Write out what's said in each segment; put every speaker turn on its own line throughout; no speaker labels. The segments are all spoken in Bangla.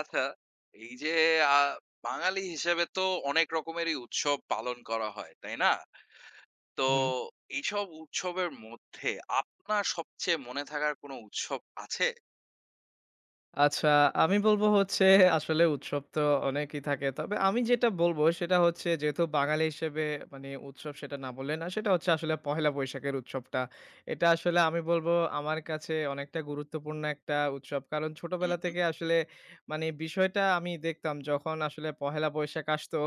আচ্ছা, এই যে আ বাঙালি হিসেবে তো অনেক রকমেরই উৎসব পালন করা হয়, তাই না? তো
হুম।
এইসব উৎসবের মধ্যে আপনার সবচেয়ে মনে থাকার কোনো উৎসব আছে?
আচ্ছা, আমি বলব হচ্ছে আসলে উৎসব তো অনেকই থাকে। তবে আমি যেটা বলব সেটা হচ্ছে যেহেতু বাঙালি হিসেবে মানে উৎসব সেটা না বললে না। সেটা হচ্ছে আসলে পহেলা বৈশাখের উৎসবটা। এটা আসলে আমি বলব আমার কাছে অনেকটা গুরুত্বপূর্ণ একটা উৎসব। কারণ
হু,
ছোটবেলা
হু,
থেকে আসলে মানে বিষয়টা আমি দেখতাম যখন আসলে পহেলা বৈশাখ আসতো,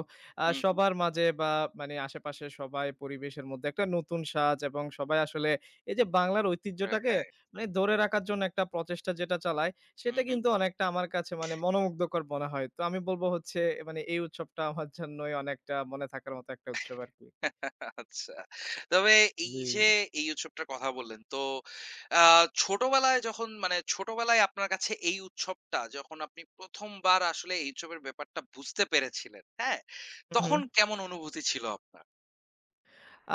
হু, হু,
সবার মাঝে বা মানে আশেপাশে সবাই পরিবেশের মধ্যে একটা নতুন সাজ এবং সবাই আসলে এই যে বাংলার ঐতিহ্যটাকে
হ্যাঁ,
মানে ধরে রাখার জন্য একটা প্রচেষ্টা যেটা চালায়,
হু,
সেটা
হু।
কিন্তু অনেকটা আমার কাছে মানে মনোমুগ্ধকর মনে হয়। তো আমি বলব হচ্ছে মানে এই উৎসবটা আমার জন্যই অনেকটা মনে থাকার মতো একটা উৎসব আরকি।
আচ্ছা। তবে এই
জি।
যে এই উৎসবটার কথা বললেন, তো আ ছোটবেলায় যখন মানে ছোটবেলায় আপনার কাছে এই উৎসবটা যখন আপনি ১ম বার আসলে এই উৎসবের ব্যাপারটা বুঝতে পেরেছিলেন, হ্যাঁ?
হু, হু।
তখন কেমন অনুভূতি ছিল আপনার?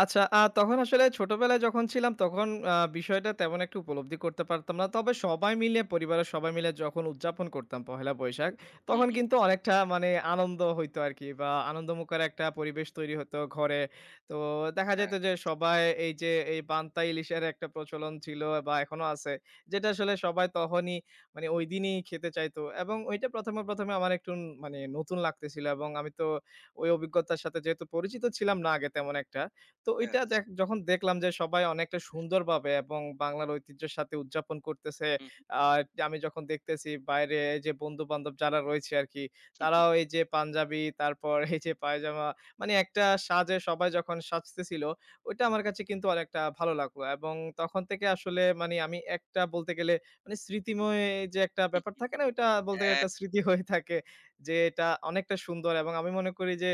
আচ্ছা, তখন আসলে ছোটবেলায় যখন ছিলাম তখন বিষয়টা তেমন একটা উপলব্ধি করতে পারতাম না। তবে সবাই মিলে, পরিবারের সবাই মিলে যখন উদযাপন করতাম পহেলা বৈশাখ,
হু,
তখন
হু।
কিন্তু অনেকটা মানে আনন্দ হইতো আরকি, বা আনন্দমুখর একটা পরিবেশ তৈরি হতো ঘরে। তো দেখা যেত
হ্যাঁ,
যে সবাই এই যে, এই পান্তা ইলিশের একটা প্রচলন ছিল বা এখনো আছে। যেটা আসলে সবাই তখনই মানে ঐদিনই খেতে চাইতো, এবং ওইটা ১ম এ আমার একটু মানে নতুন লাগতেছিল, এবং আমি তো ওই অভিজ্ঞতার সাথে যেহেতু পরিচিত ছিলাম না আগে তেমন একটা। তো
হ্যাঁ।
ওইটা যখন দেখলাম যে সবাই অনেকটা সুন্দরভাবে এবং বাংলার ঐতিহ্যের সাথে উদযাপন করতেছে।
হুম,
আর আমি যখন দেখতেছি বাইরে এই যে বন্ধু-বান্ধব যারা রয়েছে আরকি,
হুম,
তারাও এই যে পাঞ্জাবি, তারপর এই যে পায়জামা, মানে একটা সাজে সবাই যখন সাজতেছিল, ওইটা আমার কাছে কিন্তু অনেকটা ভালো লাগলো। এবং তখন থেকে আসলে মানে আমি একটা বলতে গেলে মানে স্মৃতিময়, যে একটা
হুম,
ব্যাপার থাকে না? ওইটা বলতে গেলে
হ্যাঁ,
একটা স্মৃতি হয়ে থাকে। যে এটা অনেকটা সুন্দর, এবং আমি মনে করি যে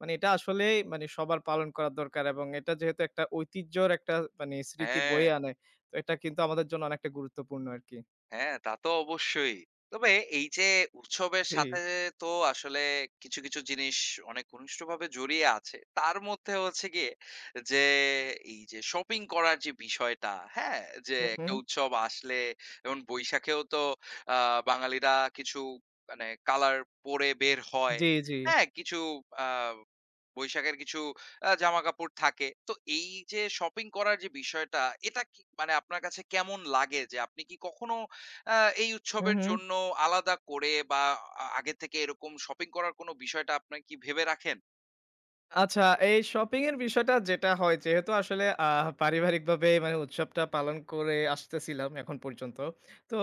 মানে এটা আসলেই মানে সবার পালন করা দরকার, এবং এটা যেহেতু একটা ঐতিহ্যর একটা মানে স্মৃতি
হ্যাঁ,
বয়ে আনে, তো এটা কিন্তু আমাদের জন্য অনেকটা গুরুত্বপূর্ণ আরকি।
হ্যাঁ, তা তো অবশ্যই। তবে এই যে উৎসবের
জি।
সাথে তো আসলে কিছু, কিছু জিনিস অনেক ঘনিষ্ঠভাবে জড়িয়ে আছে। তার মধ্যে হচ্ছে গিয়ে যে এই যে শপিং করার যে বিষয়টা, হ্যাঁ? যে
হু, হু।
একটা উৎসব আসলে যেমন বৈশাখেও তো আ বাঙালিরা কিছু মানে কালার পরে বের হয়।
জি, জি।
হ্যাঁ, কিছু আ বৈশাখের কিছু জামাকাপড় থাকে। তো এই যে শপিং করার যে বিষয়টা, এটা কি মানে আপনার কাছে কেমন লাগে? যে আপনি কি কখনো আ এই
হু,
উৎসবের
হু।
জন্য আলাদা করে বা আগে থেকে এরকম শপিং করার কোনো বিষয়টা আপনার কি ভেবে রাখেন?
আচ্ছা, এই শপিং এর বিষয়টা যেটা হয়, যেহেতু আসলে পারিবারিকভাবে মানে উৎসবটা পালন করে আসতেছিলাম এখন পর্যন্ত। তো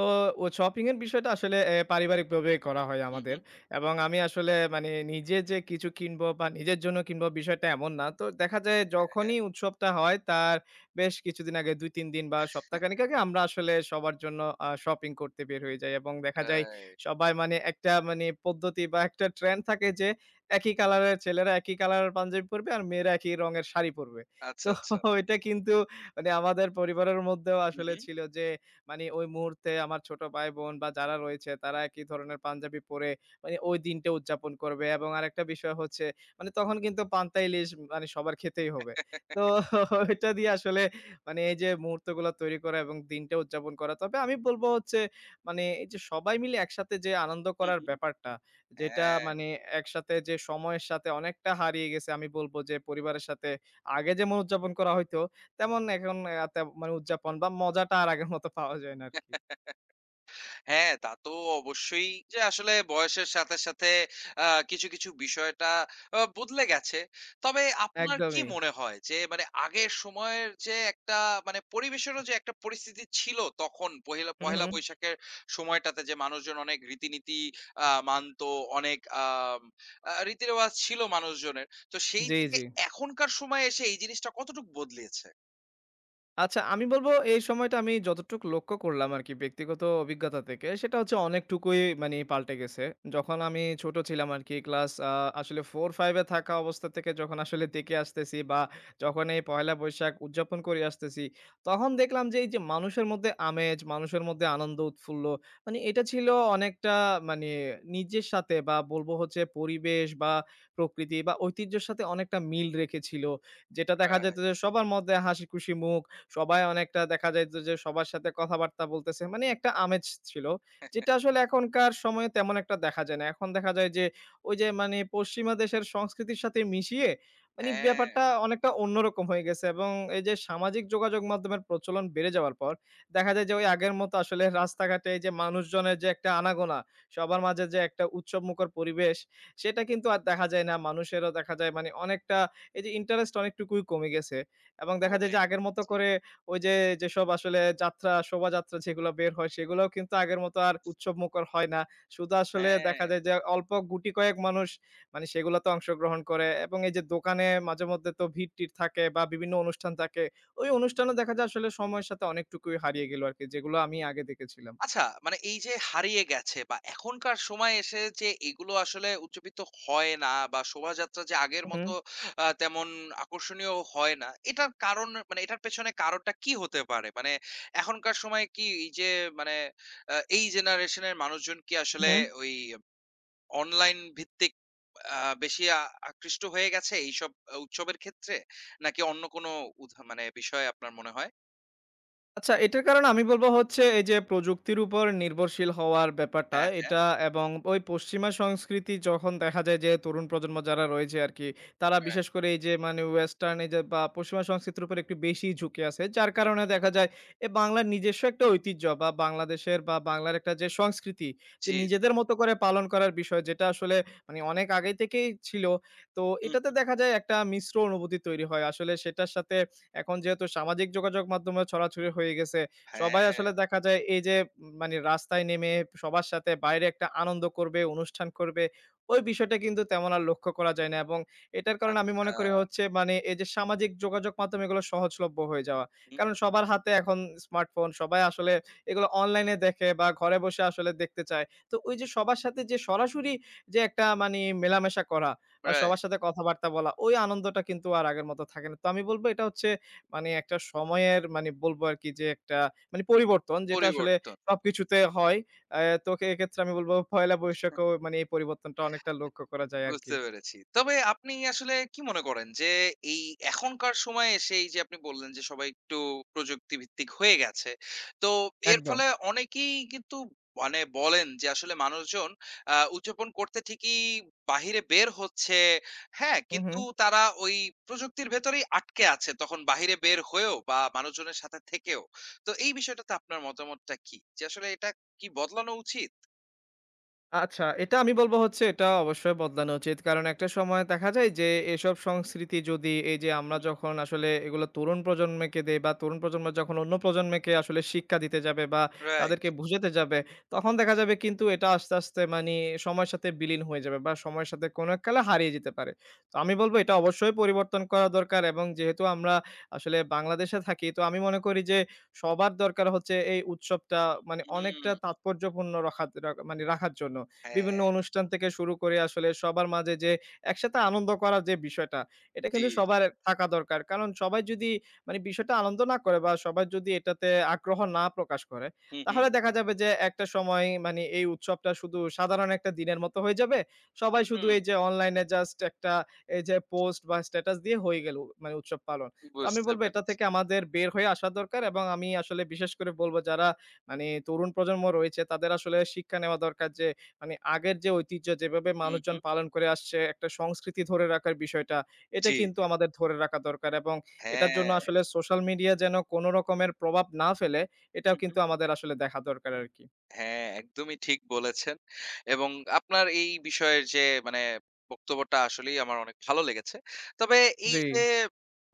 ও শপিং এর বিষয়টা আসলে এ পারিবারিকভাবে করা হয়
হুম,
আমাদের।
হুম।
এবং আমি আসলে মানে নিজে যে কিছু কিনবো বা নিজের জন্য কিনবো, বিষয়টা এমন না। তো দেখা যায়
হ্যাঁ,
যখনই উৎসবটা হয়, তার বেশ কিছুদিন আগে, ২-৩ দিন বা
হ্যাঁ।
সপ্তাহখানেক আগে আমরা আসলে সবার জন্য শপিং করতে বের হয়ে যাই। এবং দেখা যায়
রাইট।
সবাই মানে একটা মানে পদ্ধতি বা একটা ট্রেন্ড থাকে যে একই কালারের ছেলেরা একই কালারের পাঞ্জাবি পরবে, আর মেয়েরা একই রঙের শাড়ি পরবে। তো
আচ্ছা, আচ্ছা।
এটা কিন্তু মানে আমাদের পরিবারের মধ্যেও
হু,
আসলে
হু।
ছিল যে, মানে ওই মুহূর্তে আমার ছোট ভাই-বোন বা যারা রয়েছে তারা একই ধরনের পাঞ্জাবি পরে মানে ওই দিনটা উদযাপন করবে, এবং আরেকটা বিষয় হচ্ছে মানে তখন কিন্তু পান্তা ইলিশ মানে সবার খেতেই হবে। তো এটা দিয়ে আসলে মানে এই যে মুহূর্তগুলো তৈরি করা এবং দিনটা উদযাপন করা। তবে আমি বলব হচ্ছে মানে এই যে সবাই মিলে একসাথে যে আনন্দ
হু,
করার
হু।
ব্যাপারটা, যেটা
হ্যাঁ।
মানে একসাথে যে সময়ের সাথে অনেকটা হারিয়ে গেছে, আমি বলব যে পরিবারের সাথে আগে যেমন উদযাপন করা হইতো, তেমন এখন আ তে মানে উদযাপন বা মজাটা আর আগের মতো পাওয়া যায় না আরকি।
হ্যাঁ, তা তো অবশ্যই যে আসলে বয়সের সাথে, সাথে আ কিছু, কিছু বিষয়টা বদলে গেছে। তবে আপনার কি
একদমই।
মনে হয় যে মানে আগের সময়ের যে একটা মানে পরিবেশেরও যে একটা পরিস্থিতি ছিল তখন পহেলা
হু, হু।
পহেলা বৈশাখের সময়টাতে যে মানুষজন অনেক রীতিনীতি মানত, অনেক আম আ রীতিরেওয়াজ ছিল মানুষজনের। তো সেই
জি,
থেকে
জি।
এখনকার সময়ে এসে এই জিনিসটা কতটুকু বদলিয়েছে?
আচ্ছা, আমি বলব এই সময়টা আমি যতটুক লক্ষ্য করলাম আরকি ব্যক্তিগত অভিজ্ঞতা থেকে, সেটা হচ্ছে অনেকটুকুই মানি পাল্টে গেছে। যখন আমি ছোট ছিলাম আরকি, ক্লাস আসলে 4-5 এ থাকা অবস্থা থেকে যখন আসলে দেখে আসতেছি, বা যখন এই পহেলা বৈশাখ উদযাপন করে আসতেছি, তখন দেখলাম যে এই যে মানুষের মধ্যে আমেজ, মানুষের মধ্যে আনন্দ উৎফুল্ল, মানে এটা ছিল অনেকটা মানে নিজের সাথে, বা বলবো হচ্ছে পরিবেশ বা প্রকৃতি বা ঐতিহ্যের সাথে অনেকটা মিল রেখেছিল। যেটা দেখা যেত
রাইট।
যে সবার মধ্যে হাসি খুশি মুখ, সবাই অনেকটা দেখা যাইত যে সবার সাথে কথাবার্তা বলতেছে। মানে একটা আমেজ ছিল। যেটা আসলে এখনকার সময়ে তেমন একটা দেখা যায় না। এখন দেখা যায় যে ওই যে মানে পশ্চিমা দেশের সংস্কৃতির সাথে মিশিয়ে মানে
হ্যাঁ,
ব্যাপারটা অনেকটা অন্যরকম হয়ে গেছে, এবং এই যে সামাজিক যোগাযোগ মাধ্যমের প্রচলন বেড়ে যাওয়ার পর দেখা যায় যে ওই আগের মতো আসলে রাস্তাঘাটে এই যে মানুষজনের যে একটা আনাগোনা, সবার মাঝে যে একটা উৎসবমুখর পরিবেশ, সেটা কিন্তু আর দেখা যায় না। মানুষেরও দেখা যায় মানে অনেকটা এই যে ইন্টারেস্ট অনেকটুকুই কমে গেছে, এবং দেখা যায়
কমে
যে আগের মতো
গেছে। জি,
করে ওই যে যেসব আসলে যাত্রা, শোভাযাত্রা যেগুলো বের হয়, সেগুলোও কিন্তু আগের মতো আর উৎসবমুখর হয় না। শুধু আসলে
হ্যাঁ।
দেখা যায় যে অল্প গুটি কয়েক মানুষ মানে সেগুলোতে অংশগ্রহণ করে, এবং এই যে দোকানে মাঝেমধ্যে তো ভিড়-টির থাকে বা বিভিন্ন অনুষ্ঠান থাকে। ওই অনুষ্ঠানও দেখা যায় আসলে সময়ের সাথে অনেকটুকুই হারিয়ে গেল আরকি, যেগুলো আমি আগে দেখেছিলাম।
আচ্ছা মানে এই যে হারিয়ে গেছে বা এখনকার সময় এসে যে এগুলো আসলে উচ্চাপিত হয় না বা শোভাযাত্রা যে আগের
হু,
মতো তেমন আকর্ষণীয় হয় না এটার কারণ মানে এটার পেছনে কারণটা কি হতে পারে মানে এখনকার সময় কি এই যে মানে এই জেনারেশনের মানুষজন কি
হু,
আসলে
হু।
ওই অনলাইন ভিত্তিক আকৃষ্ট হয়ে গেছে এইসব উৎসবের ক্ষেত্রে নাকি অন্য কোনো মানে বিষয় আপনার মনে হয়।
আচ্ছা, এটার কারণ আমি বলব হচ্ছে এই যে প্রযুক্তির উপর নির্ভরশীল হওয়ার ব্যাপারটা
হ্যাঁ, হ্যাঁ,
এটা, এবং ওই পশ্চিমা সংস্কৃতি, যখন দেখা যায় যে তরুণ প্রজন্ম যারা রয়েছে আরকি, তারা
right.
বিশেষ করে এই যে মানে ওয়েস্টার্ন এই যে বা পশ্চিমা সংস্কৃতির উপর একটু বেশিই ঝুঁকে আছে। যার
হুম,
কারণে দেখা যায় এ বাংলার নিজস্ব একটা ঐতিহ্য বা বাংলাদেশের বা বাংলার একটা যে সংস্কৃতি, যে
জি।
নিজেদের মতো করে পালন করার বিষয়, যেটা আসলে মানে অনেক আগে থেকেই ছিল। তো
হুম,
এটাতে দেখা যায় একটা মিশ্র অনুভূতি তৈরি হয় আসলে সেটার সাথে। এখন যেহেতু সামাজিক যোগাযোগ মাধ্যমে ছড়াছড়ি হয়ে গেছে, সবাই
হ্যাঁ।
আসলে দেখা যায় এই যে, মানে রাস্তায় নেমে সবার সাথে বাইরে একটা আনন্দ করবে, অনুষ্ঠান করবে, ওই বিষয়টা কিন্তু তেমন আর লক্ষ্য করা যায় না, এবং এটার কারণে আমি
আচ্ছা,
মনে করি হচ্ছে মানে এই যে সামাজিক যোগাযোগ মাধ্যম, এগুলো সহজলভ্য হয়ে যাওয়া।
হুম,
কারণ সবার হাতে এখন স্মার্টফোন, সবাই আসলে এগুলো অনলাইনে দেখে বা ঘরে বসে আসলে দেখতে চায়। তো ওই যে সবার সাথে যে সরাসরি, যে একটা মানে মেলামেশা করা বা
রাইট।
সবার সাথে কথাবার্তা বলা, ওই আনন্দটা কিন্তু আর আগের মতো থাকে না। তো আমি বলব এটা হচ্ছে মানে একটা সময়ের মানে বলবো আরকি যে একটা মানে পরিবর্তন, যেটা আসলে
পরিবর্তন।
সবকিছুতে হয়। আ তো এক্ষেত্রে আমি বলব পহেলা বৈশাখেও মানে এই পরিবর্তনটা অনেকটা লক্ষ্য করা যায় আরকি।
বুঝতে পেরেছি। তবে আপনি আসলে কি মনে করেন যে এই এখনকার সময়ে এসে এই যে আপনি বললেন যে সবাই একটু প্রযুক্তি ভিত্তিক হয়ে গেছে। তো এর
একদম।
ফলে অনেকেই কিন্তু মানে বলেন যে আসলে মানুষজন উদযাপন করতে ঠিকই বাহিরে বের হচ্ছে। হ্যাঁ?
হু, হু।
কিন্তু তারা ওই প্রযুক্তির ভেতরেই আটকে আছে তখন বাহিরে বের হয়েও বা মানুষজনের সাথে থেকেও। তো এই বিষয়টাতে আপনার মতামতটা কি? যে আসলে এটা কি বদলানো উচিত?
আচ্ছা, এটা আমি বলব হচ্ছে এটা অবশ্যই বদলানো উচিত। কারণ একটা সময় দেখা যায় যে এসব সংস্কৃতি যদি এই যে আমরা যখন আসলে এগুলো তরুণ প্রজন্মকে দেই, বা তরুণ প্রজন্ম যখন অন্য প্রজন্মকে আসলে শিক্ষা দিতে যাবে বা
রাইট।
তাদেরকে বুঝাতে যাবে, তখন দেখা যাবে কিন্তু এটা আস্তে, আস্তে মানি সময়ের সাথে বিলীন হয়ে যাবে, বা সময়ের সাথে কোনো এক কালে হারিয়ে যেতে পারে। তো আমি বলব এটা অবশ্যই পরিবর্তন করা দরকার, এবং যেহেতু আমরা আসলে বাংলাদেশে থাকি, তো আমি মনে করি যে সবার দরকার হচ্ছে এই উৎসবটা মানে
হুম,
অনেকটা তাৎপর্যপূর্ণ রাখা রা মানে রাখার জন্য। বিভিন্ন
হ্যাঁ,
অনুষ্ঠান থেকে শুরু করে আসলে সবার মাঝে যে একসাথে আনন্দ করার যে বিষয়টা, এটা
জি।
কিন্তু সবার থাকা দরকার। কারণ সবাই যদি মানে বিষয়টা আনন্দ না করে, বা সবাই যদি এটাতে আগ্রহ না প্রকাশ করে,
হুম, হুম,
তাহলে দেখা যাবে যে একটা সময় মানে এই উৎসবটা শুধু সাধারণ একটা দিনের মতো হয়ে যাবে। সবাই শুধু
হুম।
এই যে অনলাইনে জাস্ট একটা এই যে পোস্ট বা স্ট্যাটাস দিয়ে হয়ে গেল মানে উৎসব পালন। তো আমি
বুঝতে
বলব এটা
পেরেছি।
থেকে আমাদের বের হয়ে আসা দরকার, এবং আমি আসলে বিশেষ করে বলব যারা মানে তরুণ প্রজন্ম রয়েছে তাদের আসলে শিক্ষা নেওয়া দরকার যে মানে আগের যে ঐতিহ্য যেভাবে
হুম,
মানুষজন
হুম।
পালন করে আসছে, একটা সংস্কৃতি ধরে রাখার বিষয়টা এটা
জি,
কিন্তু
জি।
আমাদের ধরে রাখা দরকার, এবং এটার জন্য
হ্যাঁ।
আসলে সোশ্যাল মিডিয়া যেন কোনো রকমের প্রভাব না ফেলে, এটাও
হুম,
কিন্তু
হুম।
আমাদের আসলে দেখা দরকার আরকি।
হ্যাঁ, একদমই ঠিক বলেছেন। এবং আপনার এই বিষয়ের যে মানে বক্তব্যটা আসলেই আমার অনেক ভালো লেগেছে। তবে এই
জি।
যে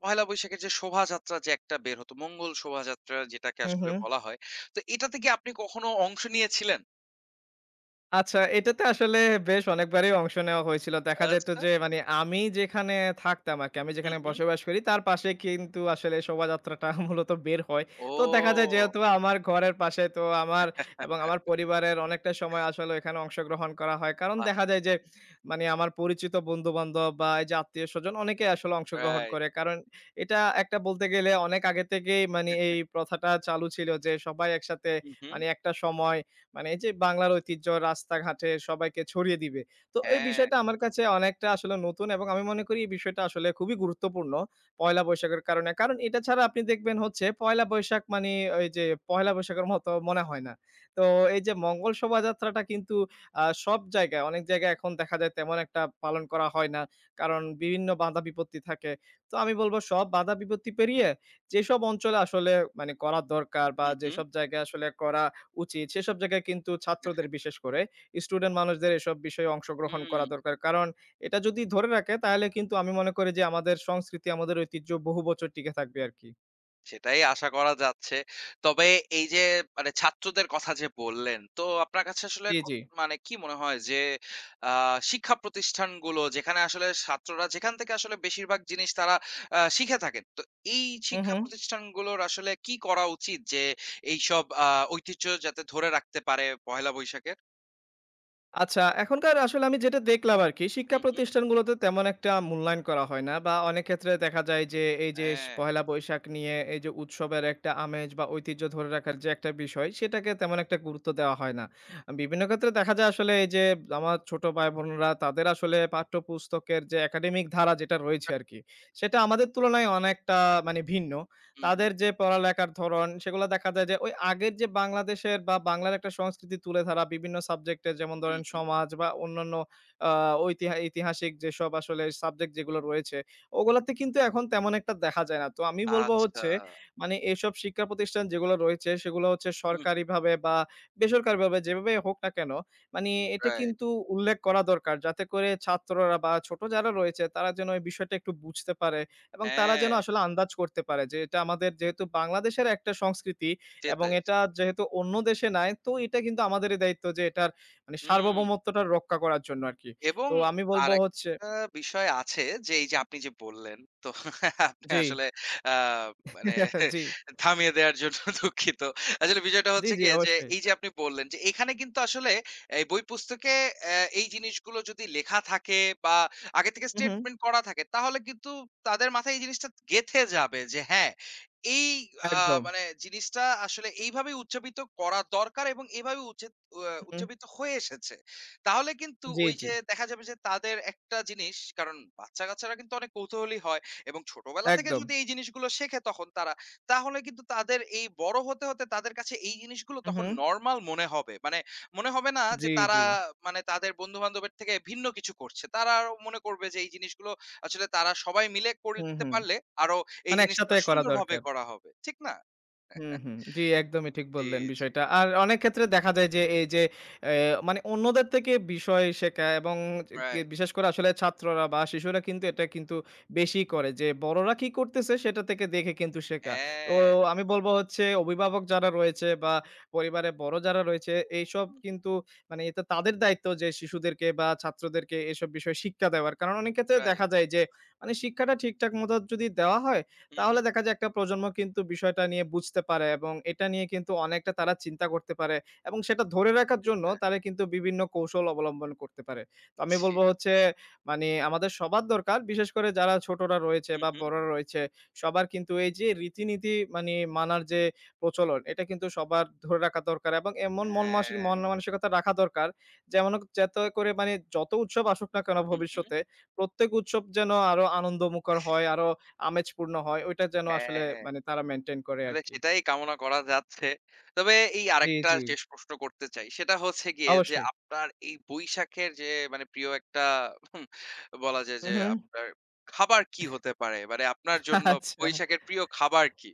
পহেলা বৈশাখের যে শোভাযাত্রা যে একটা বের হতো, মঙ্গল শোভাযাত্রা যেটাকে
হু,
আসলে
হু।
বলা হয়। তো এটাতে কি আপনি কখনো অংশ নিয়েছিলেন?
আচ্ছা, এটাতে আসলে বেশ অনেকবারই অংশ নেওয়া হয়েছিল। দেখা যেত
আচ্ছা।
যে মানে আমি যেখানে থাকতাম আরকি, আমি
হুম,
যেখানে
হুম।
বসবাস করি তার পাশে কিন্তু আসলে শোভাযাত্রাটা মূলত বের হয়। তো দেখা যায়
ও!
যেহেতু আমার ঘরের পাশে, তো আমার এবং আমার পরিবারের অনেকটা সময় আসলে এখানে অংশগ্রহণ করা হয়। কারণ
বাহ!
দেখা যায় যে মানে আমার পরিচিত বন্ধু-বান্ধব বা এই যে আত্মীয়স্বজন অনেকেই আসলে অংশগ্রহণ
রাইট।
করে। কারণ এটা একটা বলতে গেলে অনেক আগে থেকেই মানে এই প্রথাটা চালু ছিল যে সবাই একসাথে
হুম, হুম।
মানে একটা সময় মানে এই যে বাংলার ঐতিহ্য রাস্তাঘাটে সবাইকে ছড়িয়ে দিবে। তো এই
হ্যাঁ।
বিষয়টা আমার কাছে অনেকটা আসলে নতুন, এবং আমি মনে করি এই বিষয়টা আসলে খুবই গুরুত্বপূর্ণ পয়লা বৈশাখের কারণে। কারণ এটা ছাড়া আপনি দেখবেন হচ্ছে পয়লা বৈশাখ মানে ওই যে পহেলা বৈশাখের মতো মনে হয় না। তো এই যে মঙ্গল শোভাযাত্রাটা কিন্তু সব জায়গায়, অনেক জায়গায় এখন দেখা যায় তেমন একটা পালন করা হয় না। কারণ বিভিন্ন বাধা বিপত্তি থাকে। তো আমি বলব সব বাধা বিপত্তি পেরিয়ে যেসব অঞ্চলে আসলে মানে করা দরকার, বা
হুম, হুম।
যেসব জায়গায় আসলে করা উচিত, সেসব জায়গায় কিন্তু ছাত্রদের, বিশেষ করে স্টুডেন্ট মানুষদের এসব বিষয়ে অংশগ্রহণ
হুম,
করা দরকার। কারণ এটা যদি ধরে রাখে, তাহলে কিন্তু আমি মনে করি যে আমাদের সংস্কৃতি, আমাদের ঐতিহ্য বহু বছর টিকে থাকবে আরকি।
সেটাই আশা করা যাচ্ছে। তবে এই যে মানে ছাত্রদের কথা যে বললেন, তো আপনার কাছে আসলে
জি, জি।
মানে কি মনে হয় যে আ শিক্ষা প্রতিষ্ঠানগুলো যেখানে আসলে ছাত্ররা যেখান থেকে আসলে বেশিরভাগ জিনিস তারা শিখে থাকেন। তো এই
হু, হু।
শিক্ষা প্রতিষ্ঠানগুলোর আসলে কি করা উচিত যে এইসব ঐতিহ্য যাতে ধরে রাখতে পারে পহেলা বৈশাখের?
আচ্ছা, এখনকার আসলে আমি যেটা দেখলাম আরকি, শিক্ষা
হুম, হুম।
প্রতিষ্ঠানগুলোতে তেমন একটা মূল্যায়ন করা হয় না, বা অনেক ক্ষেত্রে দেখা যায় যে, এই যে
হ্যাঁ।
পহেলা বৈশাখ নিয়ে এই যে উৎসবের একটা আমেজ বা ঐতিহ্য ধরে রাখার যে একটা বিষয়, সেটাকে তেমন একটা গুরুত্ব দেওয়া হয় না। বিভিন্ন ক্ষেত্রে দেখা যায় আসলে এই যে আমার ছোট ভাই-বোনরা তাদের আসলে পাঠ্যপুস্তকের যে একাডেমিক ধারা যেটা রয়েছে আরকি, সেটা আমাদের তুলনায় অনেকটা মানে ভিন্ন।
হুম, হুম,
তাদের যে পড়ালেখার ধরন, সেগুলো দেখা যায় যে ওই আগের যে বাংলাদেশের বা বাংলার একটা সংস্কৃতি তুলে ধরা বিভিন্ন সাবজেক্টে, যেমন
হুম,
ধরেন
হুম।
সমাজ বা অন্যান্য আ ঐতিহাসিক যেসব আসলে সাবজেক্ট যেগুলো রয়েছে, ওগুলাতে কিন্তু এখন তেমন একটা দেখা যায় না। তো আমি বলব
আচ্ছা।
হচ্ছে মানে এসব শিক্ষা প্রতিষ্ঠান যেগুলো রয়েছে, সেগুলো হচ্ছে
হুম, হুম।
সরকারিভাবে বা বেসরকারিভাবে যেভাবে হোক না কেন, মানে এটা
রাইট।
কিন্তু উল্লেখ করা দরকার, যাতে করে ছাত্ররা বা ছোট যারা রয়েছে তারা যেন এই বিষয়টা একটু বুঝতে পারে। এবং তারা যেন
হ্যাঁ,
আসলে আন্দাজ করতে পারে যে এটা আমাদের, যেহেতু বাংলাদেশের একটা সংস্কৃতি, এবং
সেটাই।
এটা যেহেতু অন্য দেশে নাই, তো এটা কিন্তু আমাদেরই দায়িত্ব যে এটার মানে
হুম।
সার্বভৌমত্বটা রক্ষা করার জন্য আরকি।
এবং
তো আমি বলবো
আরেকটা
হচ্ছে,
বিষয় আছে যে এই যে আপনি যে বললেন তো আপনি
জি।
আসলে আ মানে
জি,
থামিয়ে দেওয়ার জন্য দুঃখিত। আসলে বিষয়টা
জি,
হচ্ছে
জি,
গিয়ে যে
অবশ্যই।
এই যে আপনি বললেন যে এখানে কিন্তু আসলে এই বই পুস্তকে এই জিনিসগুলো যদি লেখা থাকে বা আগে থেকে
হু, হু,
স্টেটমেন্ট করা থাকে তাহলে কিন্তু তাদের মাথায় এই জিনিসটা গেঁথে যাবে যে হ্যাঁ, এই আ
একদম।
মানে জিনিসটা আসলে এইভাবেই উচ্চাপিত করা দরকার এবং এভাবে উচ্চে অ
হু,
উচ্চাপিত হয়ে এসেছে। তাহলে কিন্তু
জি,
ওই
জি,
যে দেখা যাবে যে তাদের একটা জিনিস কারণ বাচ্চা-কাচ্চারা কিন্তু অনেক কৌতূহলী হয় এবং ছোটবেলা থেকে
একদম।
যদি এই জিনিসগুলো শেখে তখন তারা, তাহলে কিন্তু তাদের এই বড় হতে, হতে তাদের কাছে এই জিনিসগুলো
হু, হু,
তখন নরমাল মনে হবে। মানে মনে হবে না যে
জি, জি।
তারা মানে তাদের বন্ধু-বান্ধবের থেকে ভিন্ন কিছু করছে। তারা আরো মনে করবে যে এই জিনিসগুলো আসলে তারা সবাই মিলে
হু,
করতে
হু।
পারলে আরো এই
মানে
জিনিসটা
একসাথে করা
সুন্দরভাবে
দরকার।
করা হবে। ঠিক না?
হুম, হুম। জি, একদমই ঠিক
জি,
বললেন
জি।
বিষয়টা। আর অনেক ক্ষেত্রে দেখা যায় যে এই যে এ মানে অন্যদের থেকে বিষয় শেখা, এবং
রাইট।
বিশেষ করে আসলে ছাত্ররা বা শিশুরা কিন্তু এটা কিন্তু বেশি করে যে বড়রা কি করতেছে সেটা থেকে দেখে কিন্তু শেখা। তো
হ্যাঁ।
আমি বলব হচ্ছে অভিভাবক যারা রয়েছে, বা পরিবারে বড় যারা রয়েছে, এইসব কিন্তু মানে এটা তাদের দায়িত্ব যে শিশুদেরকে বা ছাত্রদেরকে এসব বিষয়ে শিক্ষা দেওয়ার। কারণ অনেক ক্ষেত্রে দেখা
রাইট।
যায় যে মানে শিক্ষাটা ঠিকঠাক মতো যদি দেওয়া হয়,
হু, হু।
তাহলে দেখা যায় একটা প্রজন্ম কিন্তু বিষয়টা নিয়ে বুঝতে পারে, এবং এটা নিয়ে কিন্তু অনেকটা তারা চিন্তা করতে পারে, এবং সেটা ধরে রাখার জন্য
সেটাই।
তারা কিন্তু বিভিন্ন কৌশল অবলম্বন করতে পারে। তো আমি
জি।
বলব হচ্ছে মানে আমাদের সবার দরকার, বিশেষ করে যারা ছোটরা রয়েছে
হুম,
বা
হুম।
বড়রা রয়েছে, সবার কিন্তু এই যে রীতিনীতি মানে মানার যে প্রচলন, এটা কিন্তু সবার ধরে রাখা দরকার, এবং এমন
হ্যাঁ,
মন মানসিকতা রাখা দরকার যেমন, যাতে করে মানে যত উৎসব আসুক না কেন
হুম, হুম।
ভবিষ্যতে, প্রত্যেক উৎসব যেন আরো আনন্দমুখর হয়, আরো আমেজপূর্ণ হয়, ওইটা যেন আসলে
হ্যাঁ,
মানে তারা মেইনটেইন করে
আসলে
আরকি।
সেটাই কামনা করা যাচ্ছে। তবে এই
জি,
আরেকটা
জি।
শেষ প্রশ্ন করতে চাই। সেটা হচ্ছে গিয়ে যে
অবশ্যই।
আপনার এই বৈশাখের যে মানে প্রিয় একটা হুম, বলা যায়
হু,
যে
হুম।
আপনার খাবার কি হতে পারে? মানে আপনার জন্য
আচ্ছা,
বৈশাখের প্রিয় খাবার কি?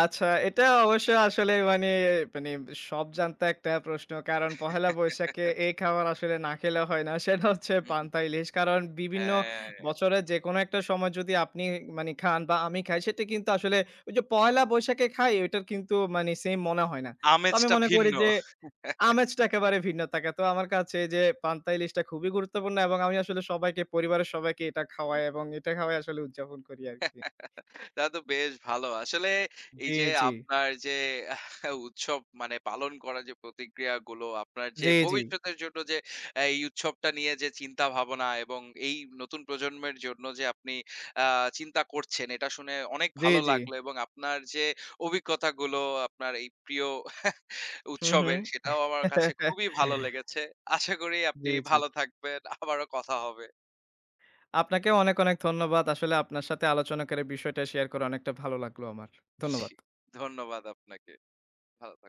আচ্ছা। এটা অবশ্য আসলে মানে, সব জানতা একটা প্রশ্ন। কারণ পহেলা বৈশাখে এই খাবার আসলে না খেলে হয় না। সেটা হচ্ছে
হুম, হুম।
পান্তা ইলিশ। কারণ বিভিন্ন
হ্যাঁ,
বছরের যেকোনো একটা সময় যদি আপনি মানে খান বা আমি খাই, সেটা কিন্তু আসলে ওই যে পহেলা বৈশাখে খাই, ওইটার কিন্তু মানে সেইম মনে হয় না। তো আমি
আমেজটা
মনে করি
ভিন্ন।
যে আমেজটা একেবারে ভিন্ন থাকে। তো আমার কাছে এই যে পান্তা ইলিশটা খুবই গুরুত্বপূর্ণ, এবং আমি আসলে সবাইকে, পরিবারের সবাইকে এটা খাওয়াই, এবং এটা খাওয়াই আসলে উদযাপন করি আরকি।
তা তো বেশ ভালো। আসলে এই
জি,
যে
জি,
আপনার যে উৎসব মানে পালন করার যে প্রতিক্রিয়াগুলো, আপনার যে
জি, জি,
ভবিষ্যতের জন্য যে এই উৎসবটা নিয়ে যে চিন্তা ভাবনা এবং এই নতুন প্রজন্মের জন্য যে আপনি আ চিন্তা করছেন এটা শুনে অনেক
জি,
ভালো
জি।
লাগলো এবং আপনার যে অভিজ্ঞতাগুলো আপনার এই প্রিয়
হুম, হুম।
উৎসবের সেটাও আমার কাছে খুবই ভালো লেগেছে। আশা করি আপনি
জি, জি।
ভালো থাকবেন। আবারও কথা হবে।
আপনাকেও অনেক, অনেক ধন্যবাদ। আসলে আপনার সাথে আলোচনা করে, বিষয়টা শেয়ার করে অনেকটা ভালো লাগলো আমার। ধন্যবাদ।
জি, ধন্যবাদ আপনাকে। ভালো থাকুন।